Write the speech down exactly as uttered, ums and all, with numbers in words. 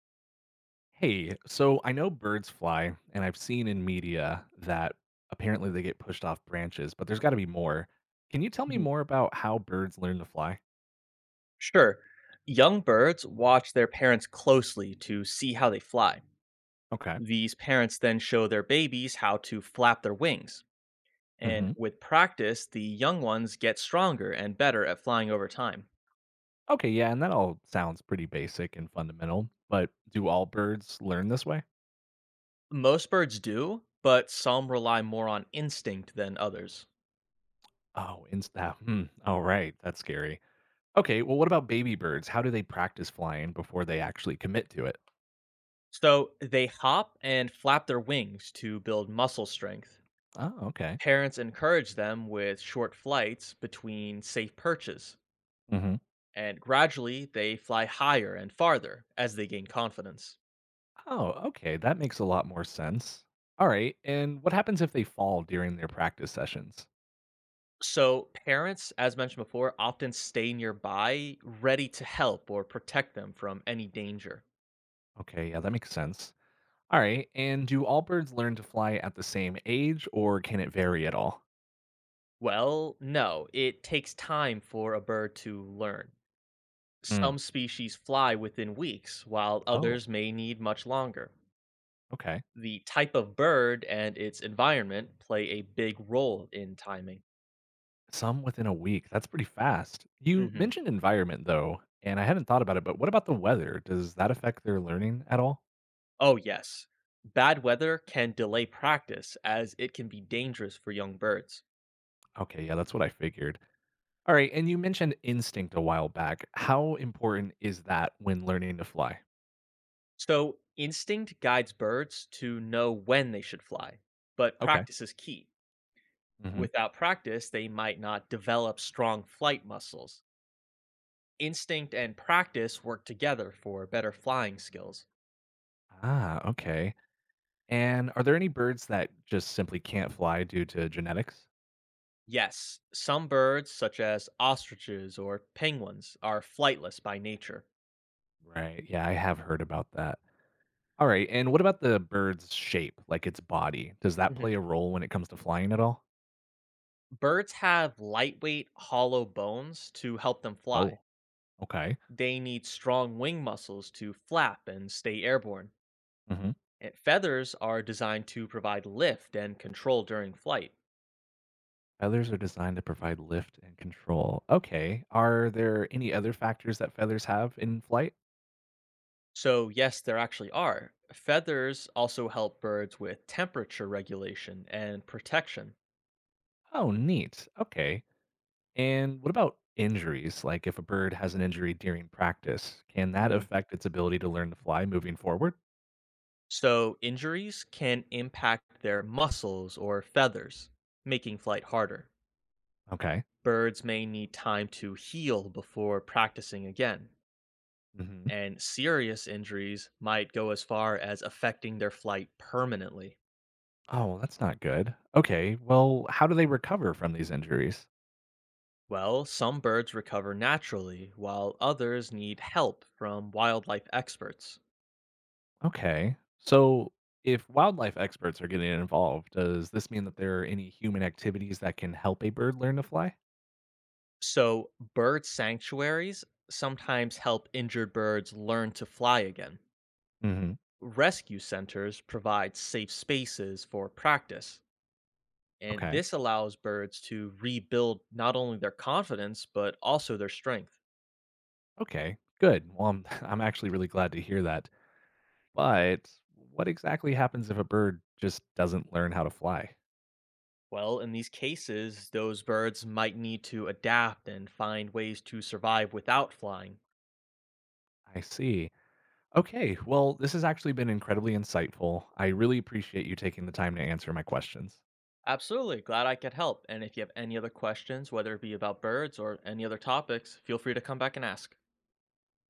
Hey, so I know birds fly, and I've seen in media that apparently they get pushed off branches, but there's got to be more. Can you tell me Mhm. more about how birds learn to fly? Sure. Young birds watch their parents closely to see how they fly. Okay. These parents then show their babies how to flap their wings. And Hmm. with practice, the young ones get stronger and better at flying over time. Okay, yeah, and that all sounds pretty basic and fundamental, but do all birds learn this way? Most birds do, but some rely more on instinct than others. Oh, insta. Hmm. All right, that's scary. Okay, well, what about baby birds? How do they practice flying before they actually commit to it? So they hop and flap their wings to build muscle strength. Oh, okay. Parents encourage them with short flights between safe perches, and gradually they fly higher and farther as they gain confidence. Oh, okay. That makes a lot more sense. All right. And what happens if they fall during their practice sessions? So, parents, as mentioned before, often stay nearby, ready to help or protect them from any danger. Okay. Yeah, that makes sense. All right. And do all birds learn to fly at the same age or can it vary at all? Well, no, it takes time for a bird to learn. Hmm. Some species fly within weeks, while Oh, others may need much longer. okay. The type of bird and its environment play a big role in timing. Some within a week. That's pretty fast. You hmm mentioned environment though, and I hadn't thought about it, but what about the weather? Does that affect their learning at all? Oh, yes. Bad weather can delay practice as it can be dangerous for young birds. Okay. Yeah, that's what I figured. All right. And you mentioned instinct a while back. How important is that when learning to fly? So, instinct guides birds to know when they should fly, but Okay. practice is key. Hmm. Without practice, they might not develop strong flight muscles. Instinct and practice work together for better flying skills. Ah, okay. And are there any birds that just simply can't fly due to genetics? Yes, some birds, such as ostriches or penguins, are flightless by nature. Right. Yeah, I have heard about that. All right. And what about the bird's shape, like its body? Does that hmm play a role when it comes to flying at all? Birds have lightweight, hollow bones to help them fly. Oh, okay. They need strong wing muscles to flap and stay airborne. Hmm. And feathers are designed to provide lift and control during flight. Feathers are designed to provide lift and control. Okay. Are there any other factors that feathers have in flight? So, yes, there actually are. Feathers also help birds with temperature regulation and protection. Oh, neat. Okay. And what about injuries? Like if a bird has an injury during practice, can that hmm affect its ability to learn to fly moving forward? So, injuries can impact their muscles or feathers, making flight harder. Okay. Birds may need time to heal before practicing again, Hmm. and serious injuries might go as far as affecting their flight permanently. Oh, well, that's not good. Okay. Well, how do they recover from these injuries? Well, some birds recover naturally, while others need help from wildlife experts. Okay. So, if wildlife experts are getting involved, does this mean that there are any human activities that can help a bird learn to fly? So, bird sanctuaries sometimes help injured birds learn to fly again. Hmm. Rescue centers provide safe spaces for practice, and Okay. this allows birds to rebuild not only their confidence but also their strength. Okay. Good. Well, I'm, I'm actually really glad to hear that. But what exactly happens if a bird just doesn't learn how to fly? Well, in these cases, those birds might need to adapt and find ways to survive without flying. I see. Okay. Well, this has actually been incredibly insightful. I really appreciate you taking the time to answer my questions. Absolutely, glad I could help. And if you have any other questions, whether it be about birds or any other topics, feel free to come back and ask.